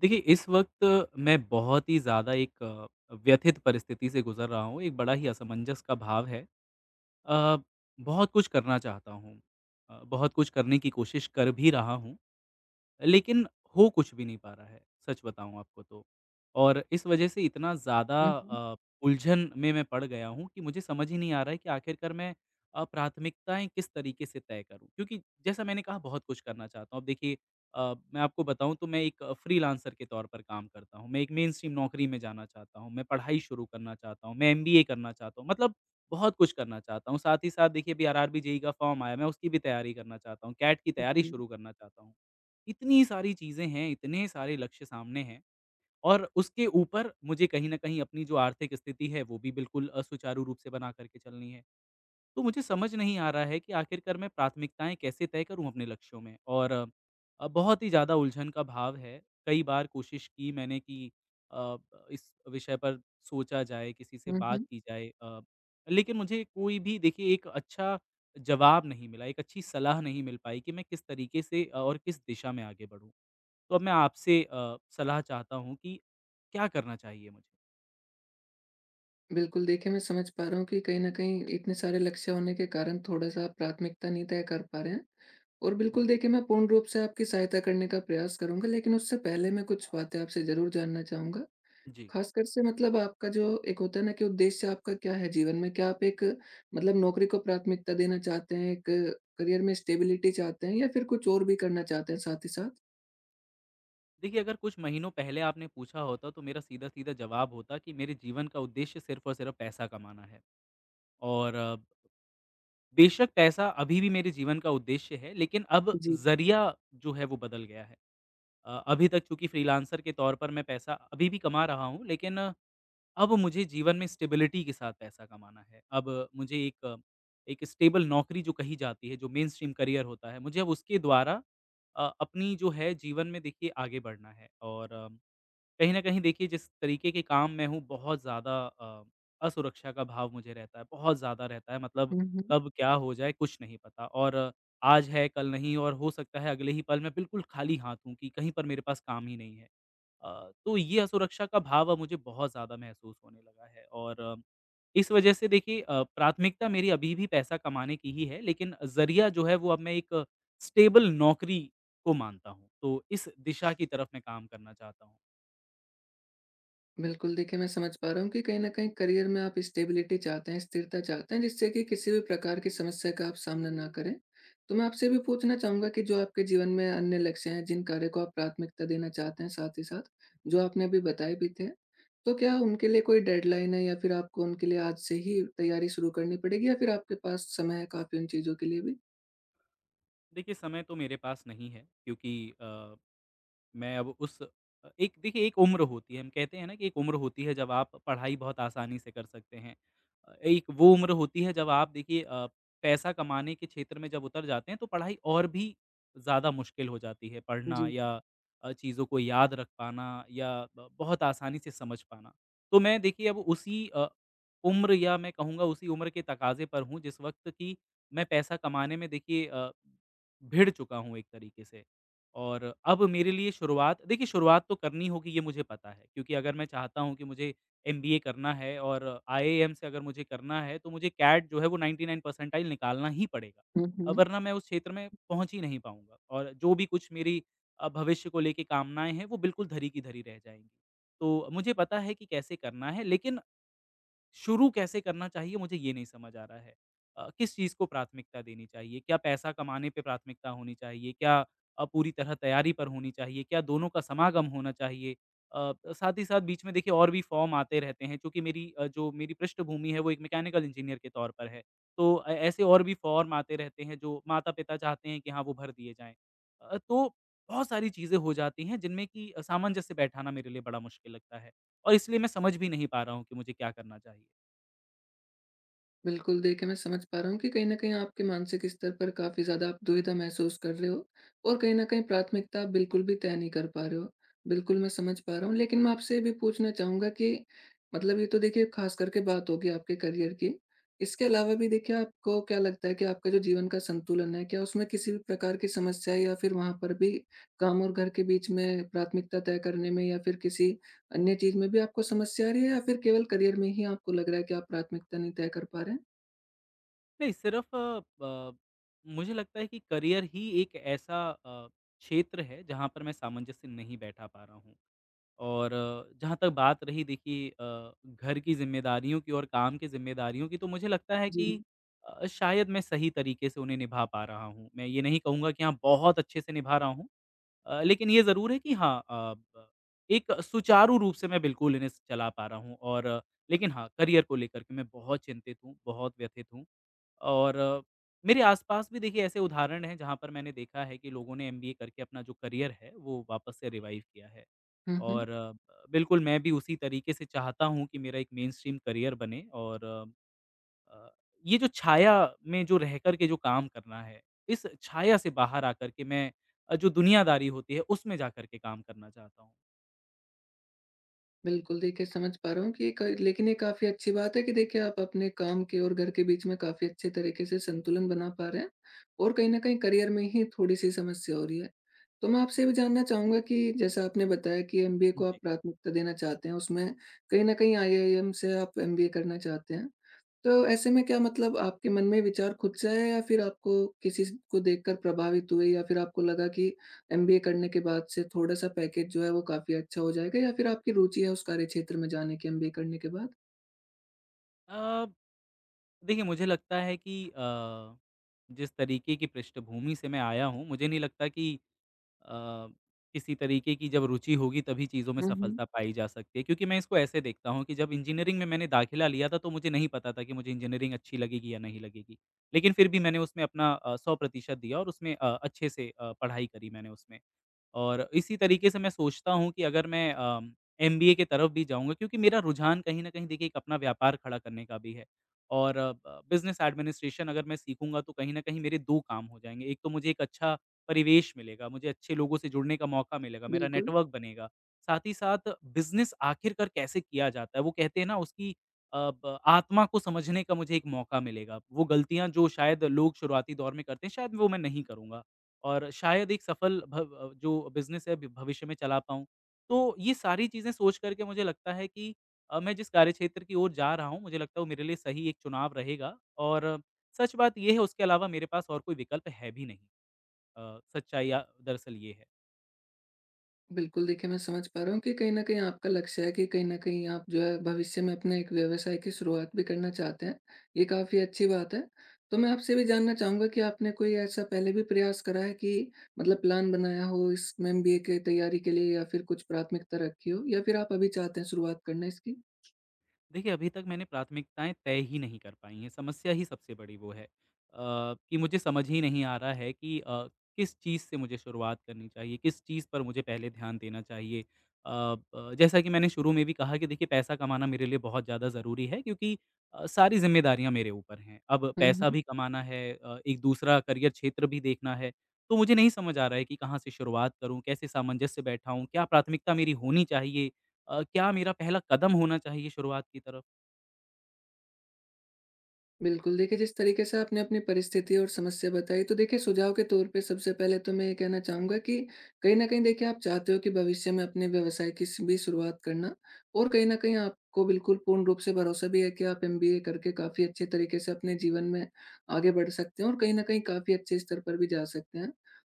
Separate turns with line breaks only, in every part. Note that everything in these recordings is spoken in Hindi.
देखिए, इस वक़्त मैं बहुत ही ज़्यादा एक व्यथित परिस्थिति से गुज़र रहा हूँ, एक बड़ा ही असमंजस का भाव है। अ, बहुत कुछ करना चाहता हूँ बहुत कुछ करने की कोशिश कर भी रहा हूँ लेकिन हो कुछ भी नहीं पा रहा है, सच बताऊँ आपको तो। और इस वजह से इतना ज़्यादा
हुँ, हुँ।
उलझन में मैं पड़ गया हूँ कि मुझे समझ ही नहीं आ रहा है कि आखिरकार मैं प्राथमिकताएँ किस तरीके से तय करूँ? क्योंकि जैसा मैंने कहा बहुत कुछ करना चाहता हूँ। अब देखिए मैं आपको बताऊँ तो मैं एक फ्रीलांसर के तौर पर काम करता हूँ। मैं एक मेनस्ट्रीम नौकरी में जाना चाहता हूँ, मैं पढ़ाई शुरू करना चाहता हूँ, मैं एमबीए करना चाहता हूँ, मतलब बहुत कुछ करना चाहता हूँ। साथ ही साथ देखिए अभी आरआरबी, जेईई का फ़ॉर्म आया, मैं उसकी भी तैयारी करना चाहता हूँ, कैट की तैयारी
जी।
शुरू करना चाहता हूँ। इतनी सारी चीज़ें हैं, इतने सारे लक्ष्य सामने हैं और उसके ऊपर मुझे कहीं न कहीं अपनी जो आर्थिक स्थिति है, वो भी बिल्कुल सुचारू रूप से बना करके चलनी है। तो मुझे समझ नहीं आ रहा है कि आखिरकार मैं प्राथमिकताएँ कैसे तय करूँ अपने लक्ष्यों में और बहुत ही ज़्यादा उलझन का भाव है। कई बार कोशिश की मैंने कि अ, ब इस विषय पर सोचा जाए, किसी से
हुँ,
बात
हुँ।
की जाए लेकिन मुझे कोई भी देखिए एक अच्छा जवाब नहीं मिला, एक अच्छी सलाह नहीं मिल पाई कि मैं किस तरीके से और किस दिशा में आगे बढ़ूँ। तो अब मैं आपसे सलाह चाहता हूँ कि क्या करना चाहिए मुझे?
बिल्कुल, देखिए मैं समझ पा रहा हूँ कि कहीं न कहीं इतने सारे लक्ष्य होने के कारण थोड़ा-सा आप प्राथमिकता नहीं तय कर पा रहे हैं। और बिल्कुल देखिए मैं पूर्ण रूप से आपकी सहायता करने का प्रयास करूँगा, लेकिन उससे पहले मैं कुछ बातें आपसे ज़रूर जानना चाहूँगा।
जी।
ख़ासकर से, मतलब, आपका जो एक होता है ना कि उद्देश्य आपका क्या है जीवन में? क्या आप एक, मतलब, नौकरी को प्राथमिकता देना चाहते हैं, एक करियर में स्टेबिलिटी चाहते हैं, या फिर कुछ और भी करना चाहते हैं साथ ही साथ?
देखिए, अगर कुछ महीनों पहले आपने पूछा होता तो मेरा सीधा-सीधा जवाब होता कि मेरे जीवन का उद्देश्य सिर्फ़ और सिर्फ़ पैसा कमाना है और बेशक पैसा अभी भी मेरे जीवन का उद्देश्य है, लेकिन अब
जी।
ज़रिया जो है वो बदल गया है। अभी तक चूँकि फ्रीलांसर के तौर पर मैं पैसा अभी भी कमा रहा हूँ लेकिन अब मुझे जीवन में स्टेबिलिटी के साथ पैसा कमाना है। अब मुझे एक एक स्टेबल नौकरी जो कही जाती है, जो मेनस्ट्रीम करियर होता है, मुझे अब उसके द्वारा अपनी जो है जीवन में देखिए आगे बढ़ना है और कहीं न कहीं देखिए जिस तरीके के काम में हूँ बहुत ज़्यादा अ, असुरक्षा का भाव मुझे रहता है, बहुत ज़्यादा रहता है मतलब
हुँ, हुँ।
कब क्या हो जाए कुछ नहीं पता और आज है कल नहीं और हो सकता है अगले ही पल मैं बिल्कुल खाली हाथ हूँ कि कहीं पर मेरे पास काम ही नहीं है। तो ये असुरक्षा का भाव अब मुझे बहुत ज़्यादा महसूस होने लगा है और इस वजह से देखिए प्राथमिकता मेरी अभी भी पैसा कमाने की ही है लेकिन ज़रिया जो है वो अब मैं एक स्टेबल नौकरी को मानता हूँ। तो इस दिशा की तरफ मैं काम करना चाहता हूँ।
बिल्कुल, देखिए मैं समझ पा रहा हूँ कि कहीं न कहीं करियर में आप स्टेबिलिटी चाहते हैं, स्थिरता चाहते हैं, जिससे कि किसी भी प्रकार की समस्या का आप सामना ना करें। तो मैं आपसे भी पूछना चाहूँगा कि जो आपके जीवन में अन्य लक्ष्य हैं, जिन कार्य को आप प्राथमिकता देना चाहते हैं, साथ ही साथ जो आपने अभी बताए भी थे, तो क्या उनके लिए कोई डेडलाइन है, या फिर आपको उनके लिए आज से ही तैयारी शुरू करनी पड़ेगी, या फिर आपके पास समय है काफ़ी उन चीज़ों के लिए भी?
देखिए समय तो मेरे पास नहीं है क्योंकि अ, मैं अब उस एक देखिए एक उम्र होती है, हम कहते हैं ना कि एक उम्र होती है जब आप पढ़ाई बहुत आसानी से कर सकते हैं। एक वो उम्र होती है जब आप देखिए पैसा कमाने के क्षेत्र में जब उतर जाते हैं तो पढ़ाई और भी ज़्यादा मुश्किल हो जाती है पढ़ना
जी।
या चीज़ों को याद रख पाना या ब बहुत आसानी से समझ पाना। तो मैं देखिए अब उसी उम्र या मैं कहूँगा उसी उम्र के तकाज़े पर हूँ जिस वक़्त कि मैं पैसा कमाने में देखिए भिड़ चुका हूँ एक तरीके से। और अब मेरे लिए शुरुआत देखिए शुरुआत तो करनी होगी ये मुझे पता है क्योंकि अगर मैं चाहता हूँ कि मुझे एमबीए करना है और आईआईएम से अगर मुझे करना है तो मुझे कैट जो है वो 99 परसेंटाइल निकालना ही पड़ेगा
हुँ, हुँ।
वरना मैं उस क्षेत्र में पहुँच ही नहीं पाऊँगा और जो भी कुछ मेरी भविष्य को लेके कामनाएं हैं वो बिल्कुल धरी की धरी रह जाएंगी तो मुझे पता है कि कैसे करना है लेकिन शुरू कैसे करना चाहिए मुझे ये नहीं समझ आ रहा है। किस चीज़ को प्राथमिकता देनी चाहिए? क्या पैसा कमाने पे प्राथमिकता होनी चाहिए? क्या पूरी तरह तैयारी पर होनी चाहिए? क्या दोनों का समागम होना चाहिए? अ, साथ ही साथ बीच में देखिए और भी फॉर्म आते रहते हैं क्योंकि मेरी जो मेरी पृष्ठभूमि है वो एक मैकेनिकल इंजीनियर के तौर पर है। तो ऐसे और भी फॉर्म आते रहते हैं जो माता-पिता चाहते हैं कि हाँ, वो भर दिए जाएँ। तो बहुत सारी चीज़ें हो जाती हैं जिनमें कि सामंजस्य बैठाना मेरे लिए बड़ा मुश्किल लगता है और इसलिए मैं समझ भी नहीं पा रहा हूँ कि मुझे क्या करना चाहिए।
बिल्कुल, देखिए मैं समझ पा रहा हूँ कि कहीं न कहीं आपके मानसिक स्तर पर काफ़ी ज़्यादा आप दुविधा महसूस कर रहे हो, और कहीं न कहीं प्राथमिकता आप बिल्कुल भी तय नहीं कर पा रहे हो। बिल्कुल, मैं समझ पा रहा हूँ, लेकिन मैं आपसे ये भी पूछना चाहूँगा कि मतलब, ये तो देखिए ख़ास करके बात होगी आपके करियर की। इसके अलावा भी देखिए आपको क्या लगता है कि आपका जो जीवन का संतुलन है, क्या उसमें किसी भी प्रकार की समस्या है, या फिर वहाँ पर भी काम और घर के बीच में प्राथमिकता तय करने में, या फिर किसी अन्य चीज़ में भी आपको समस्या आ रही है, या फिर केवल करियर में ही आपको लग रहा है कि आप प्राथमिकता नहीं तय कर पा रहे हैं?
नहीं, सिर्फ़ अ, ब मुझे लगता है कि करियर ही एक ऐसा क्षेत्र है जहाँ पर मैं सामंजस्य नहीं बैठा पा रहा हूँ। और जहाँ तक बात रही देखिए घर की ज़िम्मेदारियों की और काम की ज़िम्मेदारियों की तो मुझे लगता है कि
जी।
शायद मैं सही तरीके से उन्हें निभा पा रहा हूँ। मैं ये नहीं कहूँगा कि हाँ, बहुत अच्छे से निभा रहा हूँ। लेकिन ये ज़रूर है कि हाँ अ, ब एक सुचारू रूप से मैं बिल्कुल इन्हें चला पा रहा हूँ और लेकिन हाँ, करियर को लेकर के मैं बहुत चिंतित हूँ, बहुत व्यथित हूँ। और मेरे आस-पास भी देखिए ऐसे उदाहरण हैं जहाँ पर मैंने देखा है कि लोगों ने एमबीए करके अपना जो करियर है वो वापस से रिवाइव किया है।
हुँ, हुँ।
और बिल्कुल मैं भी उसी तरीके से चाहता हूँ कि मेरा एक मेनस्ट्रीम करियर बने और अ, ये जो छाया में जो रह कर के जो काम करना है, इस छाया से बाहर आकर के मैं जो दुनियादारी होती है, उसमें जाकर के काम करना चाहता हूँ।
बिल्कुल, देखिए समझ पा रहा हूँ कि ये क लेकिन ये काफ़ी अच्छी बात है कि देखिए आप अपने काम के और घर के बीच में काफ़ी अच्छे तरीके से संतुलन बना पा रहे हैं, और कहीं न कहीं करियर में ही थोड़ी-सी समस्या हो रही है। तो मैं आपसे ये भी जानना चाहूँगा कि जैसा आपने बताया कि एमबीए को आप
जी।
प्राथमिकता देना चाहते हैं, उसमें कहीं न कहीं आईआईएम से आप एमबीए करना चाहते हैं। तो ऐसे में क्या, मतलब, आपके मन में विचार खुद से आया, या फिर आपको किसी स को देखकर प्रभावित हुए, या फिर आपको लगा कि एमबीए करने के बाद से थोड़ा-सा पैकेज जो है वो काफ़ी अच्छा हो जाएगा, या फिर आपकी रुचि है उस कार्यक्षेत्र में जाने की एमबीए करने के बाद?
अ, देखिए मुझे लगता है कि जिस तरीके की पृष्ठभूमि से मैं आया हूँ, मुझे नहीं लगता कि अ, किसी तरीके की जब रुचि होगी तभी चीज़ों में
हुँ, हुँ।
सफलता पाई जा सकती है। क्योंकि मैं इसको ऐसे देखता हूँ कि जब इंजीनियरिंग में मैंने दाखिला लिया था तो मुझे नहीं पता था कि मुझे इंजीनियरिंग अच्छी लगेगी या नहीं लगेगी। लेकिन फिर भी मैंने उसमें अपना 100% दिया और उसमें अच्छे से पढ़ाई करी मैंने उसमें। और इसी तरीके से मैं सोचता हूँ कि अगर मैं एमबीए की तरफ भी जाऊँगा क्योंकि मेरा रुझान कहीं न कहीं देखिए एक अपना व्यापार खड़ा करने का भी है। और अ, ब बिज़नेस एडमिनिस्ट्रेशन अगर मैं सीखूँगा तो कहीं न कहीं मेरे 2 काम हो जाएँगे। एक तो मुझे एक अच्छा परिवेश मिलेगा, मुझे अच्छे लोगों से जुड़ने का मौका मिलेगा, मेरा
बिल्कुल।
नेटवर्क बनेगा। साथ ही साथ बिज़नेस आखिरकार कैसे किया जाता है, वो कहते हैं ना उसकी अ, ब आत्मा को समझने का मुझे एक मौका मिलेगा। वो गलतियाँ जो शायद लोग शुरुआती दौर में करते हैं, शायद वो मैं नहीं करूँगा और शायद एक सफल जो बिज़नेस है भि भविष्य में चला पाऊँ। तो ये सारी चीज़ें सोच कर के मुझे लगता है कि मैं जिस कार्यक्षेत्र की ओर जा रहा हूँ, मुझे लगता है वो मेरे लिए सही एक चुनाव रहेगा और सच बात ये है उसके अलावा मेरे पास और कोई विकल्प है भी नहीं। सच्चाई दरअसल ये है।
बिल्कुल, देखिए मैं समझ पा रहा हूँ कि कहीं न कहीं आपका लक्ष्य है कि कहीं न कहीं आप जो है भविष्य में अपने एक व्यवसाय की शुरुआत भी करना चाहते हैं, ये काफ़ी अच्छी बात है। तो मैं आपसे भी जानना चाहूँगा कि आपने कोई ऐसा पहले भी प्रयास करा है कि मतलब, प्लान बनाया हो इस एमबीए की तैयारी के लिए, या फिर कुछ प्राथमिकता रखी हो, या फिर आप अभी चाहते हैं शुरुआत करना इसकी?
देखिए, अभी तक मैंने प्राथमिकताएँ तय ही नहीं कर पाई हैं, समस्या ही सबसे बड़ी वो है। कि मुझे समझ ही नहीं आ रहा है कि किस चीज़ से मुझे शुरुआत करनी चाहिए, किस चीज़ पर मुझे पहले ध्यान देना चाहिए। अ, ब जैसा कि मैंने शुरू में भी कहा कि देखिए पैसा कमाना मेरे लिए बहुत ज़्यादा ज़रूरी है क्योंकि सारी ज़िम्मेदारियाँ मेरे ऊपर हैं। अब
हुँ,
पैसा
हुँ।
भी कमाना है एक दूसरा करियर क्षेत्र भी देखना है, तो मुझे नहीं समझ आ रहा है कि कहाँ से शुरुआत करूँ, कैसे सामंजस्य बैठाऊँ, क्या प्राथमिकता मेरी होनी चाहिए? क्या मेरा पहला कदम होना चाहिए शुरुआत की तरफ?
बिल्कुल, देखिए जिस तरीके से आपने अपनी परिस्थिति और समस्या बताई, तो देखिए सुझाव के तौर पे सबसे पहले तो मैं ये कहना चाहूँगा कि कहीं न कहीं देखिए आप चाहते हो कि भविष्य में अपने व्यवसाय की स भी शुरुआत करना, और कहीं न कहीं आपको बिल्कुल पूर्ण रूप से भरोसा भी है कि आप एमबीए करके काफ़ी अच्छे तरीके से अपने जीवन में आगे बढ़ सकते हैं, और कहीं न कहीं काफ़ी अच्छे स्तर पर भी जा सकते हैं।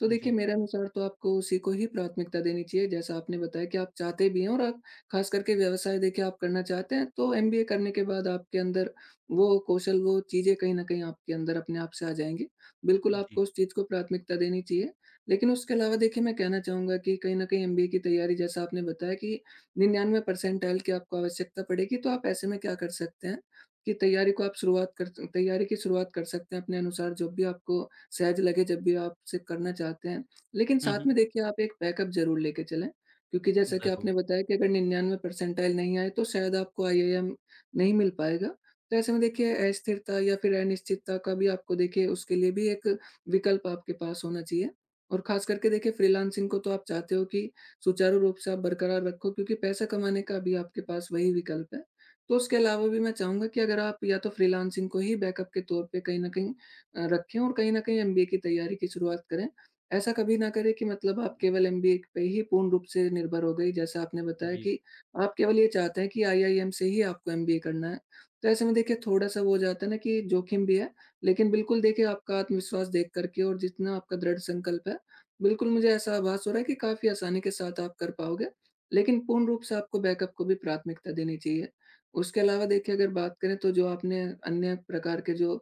तो देखिए
जी,
मेरे अनुसार तो आपको उसी को ही प्राथमिकता देनी चाहिए, जैसा आपने बताया कि आप चाहते भी हैं, और आप ख़ास करके व्यवसाय देखिए आप करना चाहते हैं, तो एमबीए करने के बाद आपके अंदर वो कौशल, वो चीज़ें कहीं न कहीं आपके अंदर अपने आप से आ जाएँगी। बिल्कुल
जी।
आपको उस चीज़ को प्राथमिकता देनी चाहिए। लेकिन उसके अलावा देखिए मैं कहना चाहूँगा कि कहीं न कहीं एमबीए की तैयारी, जैसा आपने बताया कि 99 परसेंटाइल की आपको आवश्यकता पड़ेगी, तो आप ऐसे में क्या कर सकते हैं कि तैयारी की शुरुआत कर सकते हैं अपने अनुसार, जब भी आपको सहज लगे, जब भी आप उसे करना चाहते हैं। लेकिन
हुँ, हुँ।
साथ में देखिए आप एक बैकअप ज़रूर लेके चलें, क्योंकि जैसा कि
ज़रूर।
आपने बताया कि अगर 99 परसेंटाइल नहीं आए, तो शायद आपको आईआईएम नहीं मिल पाएगा। तो ऐसे में देखिए अस्थिरता या फिर अनिश्चितता का भी आपको देखिए उसके लिए भी एक विकल्प आपके पास होना चाहिए। और खास करके देखिए फ्रीलांसिंग को तो आप चाहते हो कि सुचारू रूप से आप बरकरार रखो, क्योंकि पैसा कमाने का भी आपके पास वही विकल्प है। तो उसके अलावा भी मैं चाहूंगा कि अगर आप या तो फ्रीलांसिंग को ही बैकअप के तौर पे कहीं ना कहीं रखें, और कहीं ना कहीं एमबीए की तैयारी की शुरुआत करें। ऐसा कभी ना करें कि मतलब आप केवल एमबीए पे ही पूर्ण रूप से निर्भर हो गई, जैसा आपने बताया
जी।
कि आप केवल ये चाहते हैं कि आईआईएम से ही आपको एमबीए करना है, तो ऐसे में देखिए थोड़ा-सा वो हो जाता है ना कि जोखिम भी है, लेकिन बिल्कुल देखिए आपका आत्मविश्वास देख कर के और जितना आपका दृढ़ संकल्प है, बिल्कुल मुझे ऐसा आभास हो रहा है कि काफ़ी आसानी के साथ आप कर पाओगे। लेकिन पूर्ण रूप से आपको बैकअप को भी प्राथमिकता देनी चाहिए। उसके अलावा देखिए अगर बात करें, तो जो आपने अन्य प्रकार के जो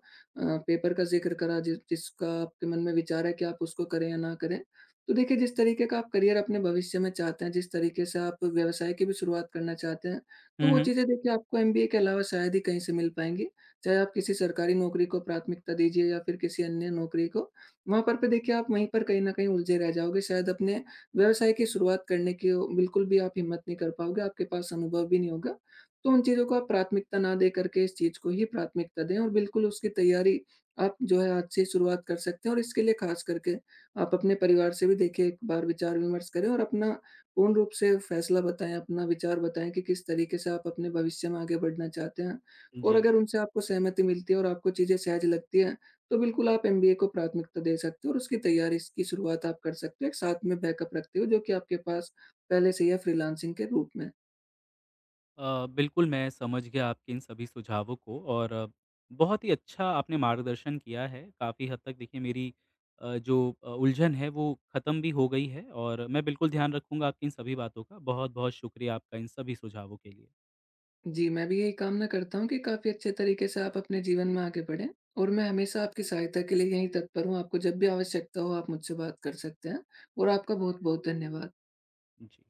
पेपर का ज़िक्र करा, जि जिसका आपके मन में विचार है कि आप उसको करें या ना करें, तो देखिए जिस तरीके का आप करियर अपने भविष्य में चाहते हैं, जिस तरीके से आप व्यवसाय की भी शुरुआत करना चाहते हैं, तो
हुँ,
वो
हुँ।
चीज़ें देखिए आपको एमबीए के अलावा शायद ही कहीं से मिल पाएँगी। चाहे आप किसी सरकारी नौकरी को प्राथमिकता दीजिए या फिर किसी अन्य नौकरी को, वहाँ पर पे देखिए आप वहीं पर कहीं न कहीं उलझे रह जाओगे। शायद अपने व्यवसाय की शुरुआत करने की ओ बिल्कुल भी आप हिम्मत नहीं कर पाओगे, आपके पास अनुभव भी नहीं होगा। तो उन चीज़ों को आप प्राथमिकता ना देकर के इस चीज़ को ही प्राथमिकता दें, और बिल्कुल उसकी तैयारी आप जो है आज से ही शुरुआत कर सकते हैं, और इसके लिए ख़ास करके आप अपने परिवार से भी देखिए एक बार विचार-विमर्श करें, और अपना पूर्ण रूप से फैसला बताएँ, अपना विचार बताएँ कि किस तरीके से आप अपने भविष्य में आगे बढ़ना चाहते हैं। और
जी।
अगर उनसे आपको सहमति मिलती है और आपको चीज़ें सहज लगती हैं, तो बिल्कुल आप एमबीए को प्राथमिकता दे सकते हो, और उसकी तैयारी स की शुरुआत आप कर सकते हो, एक साथ में बैकअप रखते हुए जो कि आपके पास पहले से ही है फ्रीलांसिंग के रूप में।
अ, बिल्कुल मैं समझ गया आपके इन सभी सुझावों को और बहुत ही अच्छा आपने मार्गदर्शन किया है। काफ़ी हद तक देखिए मेरी जो उलझन है वो ख़त्म भी हो गई है और मैं बिल्कुल ध्यान रखूँगा आपकी इन सभी बातों का। बहुत-बहुत शुक्रिया आपका इन सभी सुझावों के लिए।
जी, मैं भी यही कामना करता हूँ कि काफ़ी अच्छे तरीके से आप अपने जीवन में आगे बढ़ें, और मैं हमेशा आपकी सहायता के लिए यहीं तत्पर हूँ। आपको जब भी आवश्यकता हो, आप मुझसे बात कर सकते हैं, और आपका बहुत-बहुत धन्यवाद।
जी।